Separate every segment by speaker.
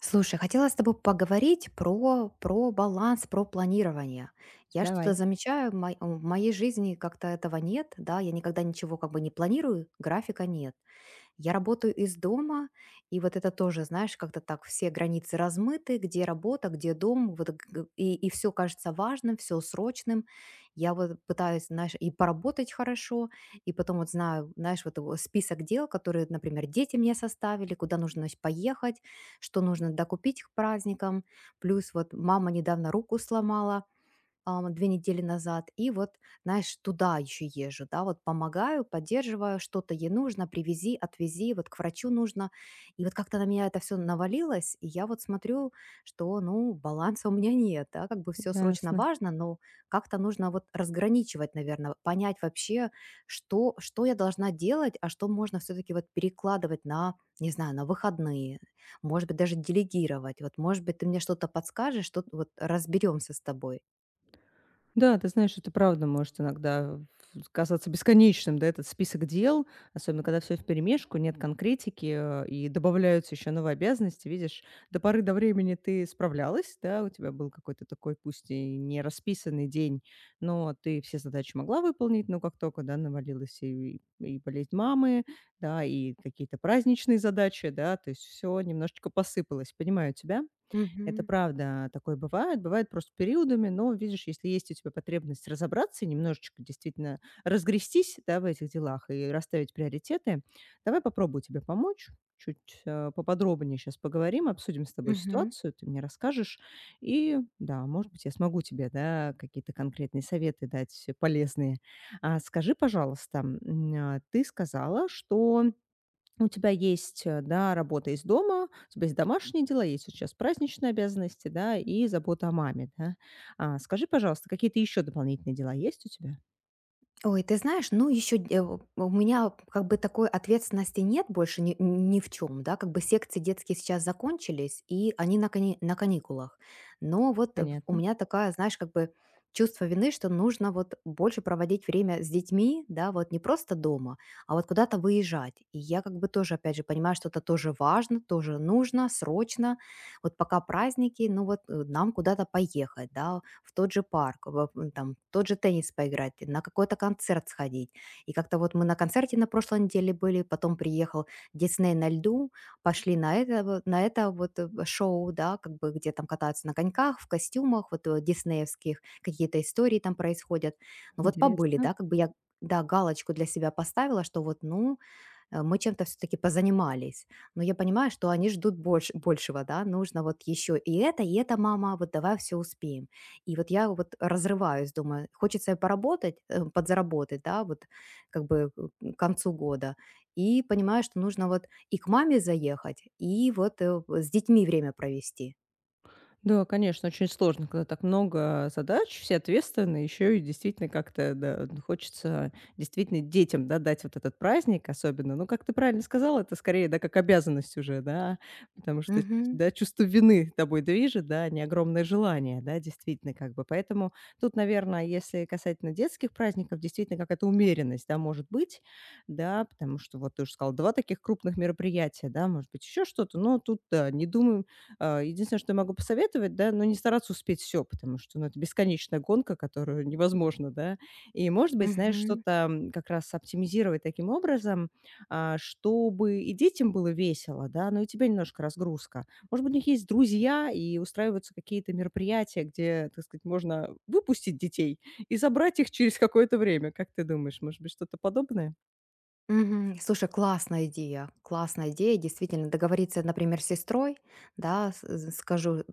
Speaker 1: Слушай, хотела с тобой поговорить про баланс, про планирование. Я что-то
Speaker 2: Давай.
Speaker 1: замечаю, в моей жизни как-то этого нет, да, я никогда ничего как бы не планирую, графика нет. Я работаю из дома, и вот это тоже, знаешь, как-то так все границы размыты, где работа, где дом, вот, и все кажется важным, все срочным. Я вот пытаюсь, знаешь, и поработать хорошо, и потом вот знаешь, вот его список дел, которые, например, дети мне составили, куда нужно поехать, что нужно докупить к праздникам, плюс вот мама недавно руку сломала, 2 недели назад. И вот, знаешь, туда еще езжу, да, вот помогаю, поддерживаю, что-то ей нужно, привези, отвези, вот к врачу нужно. И вот как-то на меня это все навалилось, и я вот смотрю, что, ну, баланса у меня нет, да, как бы все срочно
Speaker 2: Ясно.
Speaker 1: важно, но как-то нужно вот разграничивать, наверное, понять вообще, что я должна делать, а что можно все-таки вот перекладывать на, не знаю, на выходные, может быть, даже делегировать. Вот, может быть, ты мне что-то подскажешь, что вот разберемся с тобой.
Speaker 2: Да, ты знаешь, это правда может иногда казаться бесконечным, да, этот список дел, особенно когда все вперемешку, нет конкретики, и добавляются еще новые обязанности. Видишь, до поры до времени ты справлялась, да, у тебя был какой-то такой, пусть и не расписанный день, но ты все задачи могла выполнить, но как только, да, навалилась и болезнь мамы, да, и какие-то праздничные задачи, да, то есть все немножечко посыпалось, понимаю тебя. Это
Speaker 1: Мгм,
Speaker 2: правда, такое бывает. Бывает просто периодами, но, видишь, если есть у тебя потребность разобраться и немножечко действительно разгрестись, да, в этих делах и расставить приоритеты, давай попробую тебе помочь. Чуть поподробнее сейчас поговорим, обсудим с тобой
Speaker 1: мгм.
Speaker 2: ситуацию, ты мне расскажешь. И да, может быть, я смогу тебе да, какие-то конкретные советы дать полезные. А, скажи, пожалуйста, а, ты сказала, что у тебя есть, да, работа из дома, у тебя есть домашние дела, есть вот сейчас праздничные обязанности, да, и забота о маме, да. А, скажи, пожалуйста, какие-то еще дополнительные дела есть у тебя?
Speaker 1: Ой, ты знаешь, ну еще у меня как бы такой ответственности нет больше ни в чем, да, как бы секции детские сейчас закончились, и они на каникулах. Но вот у
Speaker 2: Понятно,
Speaker 1: меня такая, знаешь, как бы чувство вины, что нужно вот больше проводить время с детьми, да, вот не просто дома, а вот куда-то выезжать. И я как бы тоже, опять же, понимаю, что это тоже важно, тоже нужно, срочно, вот пока праздники, ну вот нам куда-то поехать, да, в тот же парк, там, в тот же теннис поиграть, на какой-то концерт сходить. И как-то вот мы на концерте на прошлой неделе были, потом приехал Дисней на льду, пошли на это шоу, да, как бы где там катаются на коньках, в костюмах, вот диснеевских, какие-то истории там происходят. Ну вот побыли,
Speaker 2: интересно.
Speaker 1: да, как бы я, да, галочку для себя поставила, что вот, ну, мы чем-то все-таки позанимались. Но я понимаю, что они ждут большего, да, нужно вот еще и это, мама, вот давай все успеем. И вот я вот разрываюсь, думаю, хочется и поработать, подзаработать, да, вот как бы к концу года. И понимаю, что нужно вот и к маме заехать, и вот с детьми время провести.
Speaker 2: Да, конечно, очень сложно, когда так много задач, все ответственны, еще и действительно как-то да, хочется действительно детям да, дать вот этот праздник особенно. Ну, как ты правильно сказала, это скорее, да, как обязанность уже, да, потому что,
Speaker 1: Мгм.
Speaker 2: да, чувство вины тобой движет, да, а не огромное желание, да, действительно как бы. Поэтому тут, наверное, если касательно детских праздников, действительно какая-то умеренность, да, может быть, да, потому что вот ты уже сказал, два таких крупных мероприятия, да, может быть, еще что-то, но тут, да, не думаю, а, единственное, что я могу посоветовать, да, ну, не стараться успеть все, потому что, ну, это бесконечная гонка, которую невозможно, да. И, может быть, знаешь,
Speaker 1: Мгм.
Speaker 2: что-то, как раз оптимизировать таким образом, а, чтобы и детям было весело, да, но и тебе немножко разгрузка. Может быть, у них есть друзья, и устраиваются какие-то мероприятия, где, так сказать, можно выпустить детей и забрать их через какое-то время. Как ты думаешь, может быть, что-то подобное?
Speaker 1: Мгм. Слушай, классная идея, действительно, договориться, например, с сестрой, да, скажу,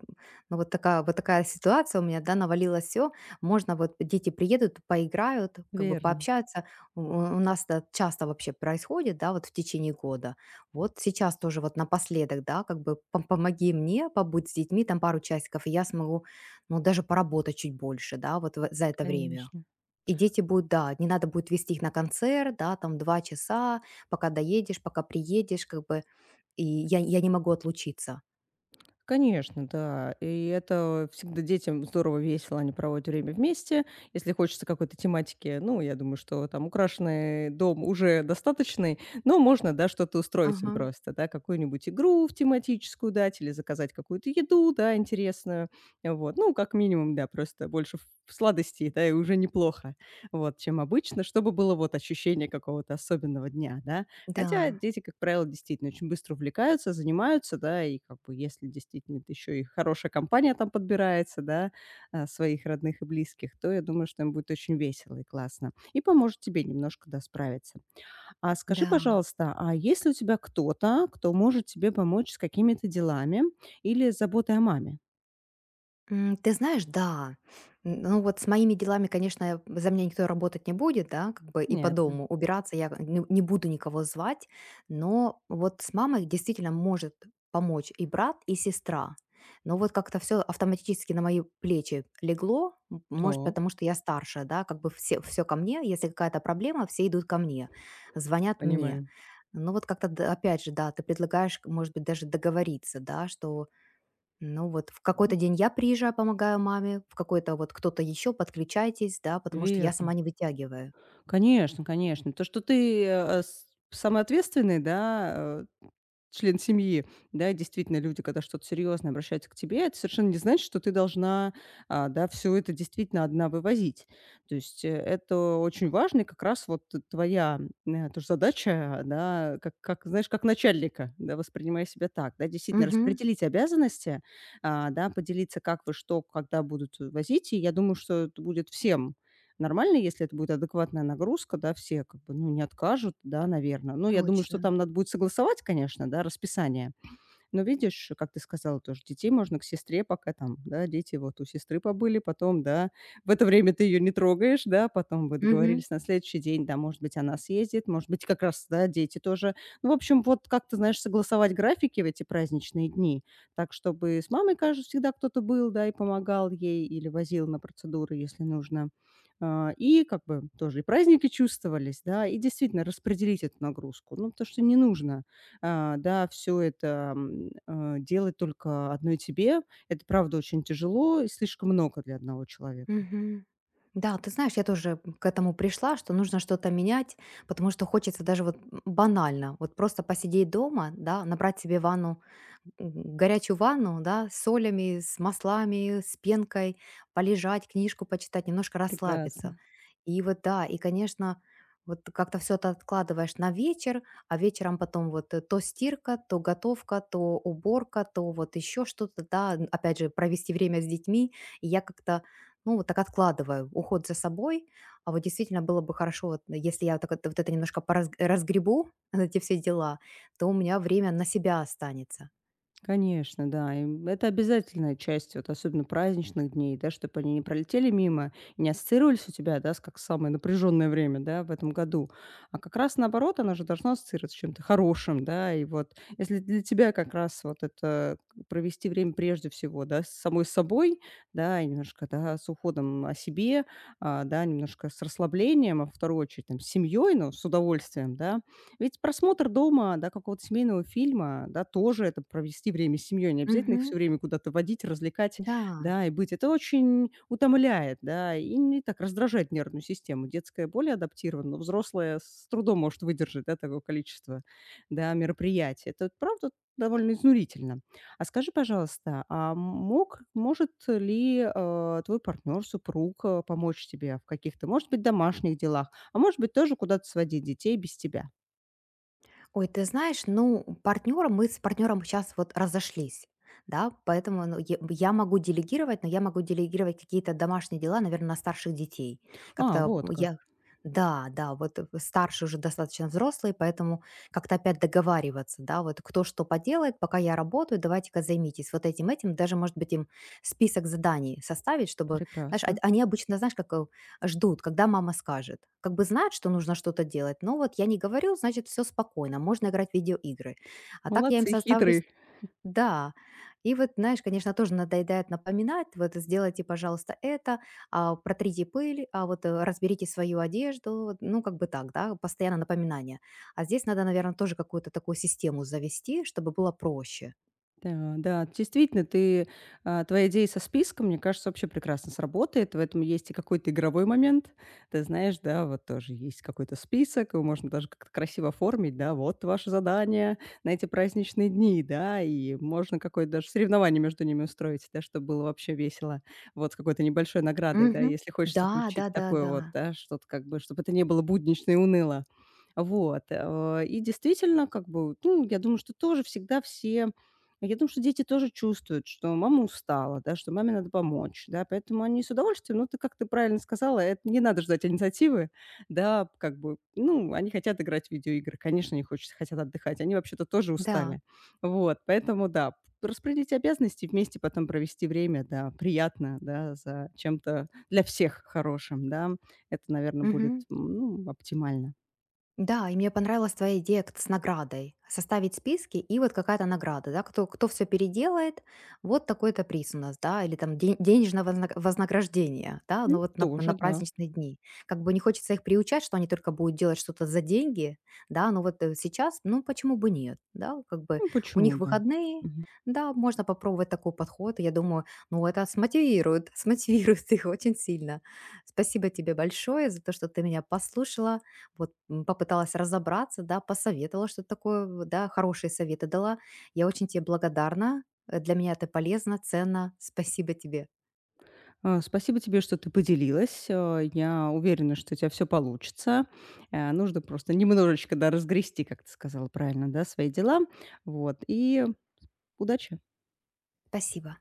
Speaker 1: ну вот такая ситуация у меня, да, навалилось все, можно вот дети приедут, поиграют, как бы
Speaker 2: Верно,
Speaker 1: пообщаются, у нас это часто вообще происходит, да, вот в течение года, вот сейчас тоже вот напоследок, да, как бы помоги мне, побудь с детьми там пару часиков, и я смогу, ну, даже поработать чуть больше, да, вот за это время.
Speaker 2: конечно.
Speaker 1: И дети будут, да, не надо будет везти их на концерт, да, там 2 часа, пока доедешь, пока приедешь, как бы, и я не могу отлучиться.
Speaker 2: Конечно, да. И это всегда детям здорово, весело, они проводят время вместе. Если хочется какой-то тематики, ну, я думаю, что там украшенный дом уже достаточный, но можно, да, что-то устроить им
Speaker 1: Ага.
Speaker 2: просто, да, какую-нибудь игру в тематическую дать или заказать какую-то еду, да, интересную. Вот, ну, как минимум, да, просто больше в сладостей, да, и уже неплохо, вот, чем обычно, чтобы было вот ощущение какого-то особенного дня, да. Хотя
Speaker 1: Да,
Speaker 2: дети, как правило, действительно очень быстро увлекаются, занимаются, да, и как бы если действительно это еще и хорошая компания там подбирается, да, а, своих родных и близких, то я думаю, что им будет очень весело и классно. И поможет тебе немножко, да, справиться. А скажи,
Speaker 1: да.
Speaker 2: пожалуйста, а есть ли у тебя кто-то, кто может тебе помочь с какими-то делами или с заботой о маме?
Speaker 1: Ты знаешь, да. Н Ну, вот с моими делами, конечно, за меня никто работать не будет, да, как бы и по
Speaker 2: Понятно.
Speaker 1: дому убираться я не буду никого звать, но вот с мамой действительно может помочь и брат, и сестра. Но вот как-то все автоматически на мои плечи легло, может,
Speaker 2: Так,
Speaker 1: потому что я старшая, да, как бы все все ко мне, если какая-то проблема, все идут ко мне, звонят мне.
Speaker 2: понимаю.
Speaker 1: Ну, вот как-то, да, опять же, да, ты предлагаешь, может быть, даже договориться, да, что ну вот, в какой-то день я приезжаю, помогаю маме, в какой-то вот кто-то еще, подключайтесь, да, потому что я
Speaker 2: Верно.
Speaker 1: сама не вытягиваю.
Speaker 2: Конечно, конечно. То, что ты самый ответственный, да, член семьи, да, и действительно люди, когда что-то серьезное обращаются к тебе, это совершенно не значит, что ты должна, а, да, все это действительно одна вывозить. То есть, это очень важно, и как раз вот т твоя, тоже задача, да, как, знаешь, как начальника, да, воспринимая себя так, да, действительно
Speaker 1: Мгм.
Speaker 2: распределить обязанности, а, да, поделиться, как вы что, когда будут возить. И я думаю, что это будет всем нормально, если это будет адекватная нагрузка, да, все как бы, ну, не откажут, да, наверное. Ну, я думаю, что
Speaker 1: Точно.
Speaker 2: там надо будет согласовать, конечно, да, расписание. Но видишь, как ты сказала тоже, детей можно к сестре пока там, да, дети вот у сестры побыли, потом, да, в это время ты ее не трогаешь, да, потом вы
Speaker 1: Мгм.
Speaker 2: договорились на следующий день, да, может быть, она съездит, может быть, как раз, да, дети тоже. Ну, в общем, вот как ты знаешь, согласовать графики в эти праздничные дни, так, чтобы с мамой, кажется, всегда кто-то был, да, и помогал ей или возил на процедуры, если нужно. А, и как бы тоже и праздники чувствовались, да, и действительно распределить эту нагрузку. Ну, потому что не нужно а, да, все это, делать только одной тебе. Это правда очень тяжело и слишком много для одного человека.
Speaker 1: Мгм. Да, ты знаешь, я тоже к этому пришла, что нужно что-то менять, потому что хочется даже вот банально, вот просто посидеть дома, да, набрать себе ванну м, горячую ванну, да, с солями, с маслами, с пенкой, полежать, книжку почитать, немножко расслабиться.
Speaker 2: Прекрасно.
Speaker 1: И вот да, и, конечно, вот как-то все это откладываешь на вечер, а вечером потом вот то стирка, то готовка, то уборка, то вот еще что-то, да, опять же, провести время с детьми, и я как-то, ну, вот так откладываю уход за собой, а вот действительно было бы хорошо, вот, если я вот так вот это немножко разгребу, эти все дела, то у меня время на себя останется.
Speaker 2: Конечно, да. И это обязательная часть, вот особенно праздничных дней, да, чтобы они не пролетели мимо, и не ассоциировались у тебя, да, с как самое напряженное время, да, в этом году. А как раз наоборот, она же должна ассоциироваться с чем-то хорошим, да, и вот если для тебя как раз вот это провести время прежде всего, да, с самой собой, да, и немножко, да, с уходом о себе, а, да, немножко с расслаблением, а в вторую очередь, там, с семьей, но с удовольствием, да, ведь просмотр дома, да, какого-то семейного фильма, да, тоже это провести время с семьей. Не обязательно их
Speaker 1: Мгм.
Speaker 2: все время куда-то водить, развлекать,
Speaker 1: Да.
Speaker 2: да, и быть. Это очень утомляет, да, и не так раздражает нервную систему. Детская более адаптирована, но взрослая с трудом может выдержать, да, такое количество, да, мероприятий. Это вот правда довольно изнурительно. А скажи, пожалуйста, а мог может ли, твой партнер, супруг, помочь тебе в каких-то, может быть, домашних делах, а может быть, тоже куда-то сводить детей без тебя?
Speaker 1: Ой, ты знаешь, ну, партнером мы с партнером сейчас вот разошлись, да, поэтому, ну, я могу делегировать, но я могу делегировать какие-то домашние дела, наверное, на старших детей.
Speaker 2: А,
Speaker 1: Как-то
Speaker 2: вот как.
Speaker 1: я да, да, вот, старшие уже достаточно взрослые, поэтому как-то опять договариваться, да, вот кто что поделает, пока я работаю, давайте-ка займитесь вот этим, этим. Даже, может быть, им список заданий составить, чтобы, знаешь, од
Speaker 2: Прекрасно.
Speaker 1: они обычно, знаешь, как, ждут, когда мама скажет. Как бы знают, что нужно что-то делать, но вот я не говорю, значит, все спокойно, можно играть в видеоигры. А так я им
Speaker 2: Молодцы,
Speaker 1: составлю.
Speaker 2: хитрые.
Speaker 1: Да. И вот, знаешь, конечно, тоже надоедает напоминать, вот сделайте, пожалуйста, это, а, протрите пыль, а вот разберите свою одежду, вот, ну, как бы так, да, постоянно напоминание. А здесь надо, наверное, тоже какую-то такую систему завести, чтобы было проще.
Speaker 2: Да, да, действительно, а, твоя идея со списком, мне кажется, вообще прекрасно сработает. В этом есть и какой-то игровой момент. Ты знаешь, да, вот тоже есть какой-то список, его можно даже как-то красиво оформить, да, вот ваше задание на эти праздничные дни, да, и можно какое-то даже соревнование между ними устроить, да, чтобы было вообще весело, вот с какой-то небольшой наградой, да,
Speaker 1: Мгм.
Speaker 2: если хочется
Speaker 1: Да,
Speaker 2: включить
Speaker 1: да, да,
Speaker 2: такое
Speaker 1: да,
Speaker 2: вот, да, что-то как бы, чтобы это не было буднично и уныло. Вот. И действительно, как бы, ну, я думаю, что тоже всегда все я думаю, что дети тоже чувствуют, что мама устала, да, что маме надо помочь, да, поэтому они с удовольствием, ну, ты как ты правильно сказала, это не надо ждать инициативы, да, как бы, ну, они хотят играть в видеоигры, конечно, они хотят отдыхать, они вообще-то тоже
Speaker 1: да.
Speaker 2: устали, вот, поэтому, да, распределить обязанности, вместе потом провести время, да, приятно, да, за чем-то для всех хорошим, да, это, наверное, будет,
Speaker 1: Мгм.
Speaker 2: ну, оптимально.
Speaker 1: Да, и мне понравилась твоя идея с наградой. Составить списки и вот какая-то награда, да, кто все переделает, вот такой-то приз у нас, да, или там денежное вознаграждение, да, ну вот на
Speaker 2: Тоже, да,
Speaker 1: праздничные дни. Как бы не хочется их приучать, что они только будут делать что-то за деньги, да, но вот сейчас, ну почему бы нет, да, как бы
Speaker 2: ну,
Speaker 1: у
Speaker 2: почему,
Speaker 1: них
Speaker 2: да.
Speaker 1: выходные, да, можно попробовать такой подход, и я думаю, ну это смотивирует, смотивирует их очень сильно. Спасибо тебе большое за то, что ты меня послушала, вот, попыталась разобраться, да, посоветовала что-то такое, в да, хорошие советы дала. Я очень тебе благодарна. Для меня это полезно, ценно. Спасибо тебе.
Speaker 2: А, спасибо тебе, что ты поделилась. А, я уверена, что у тебя все получится. Нужно просто немножечко, да, разгрести, как ты сказала правильно, да, свои дела. Вот. И удачи.
Speaker 1: Спасибо.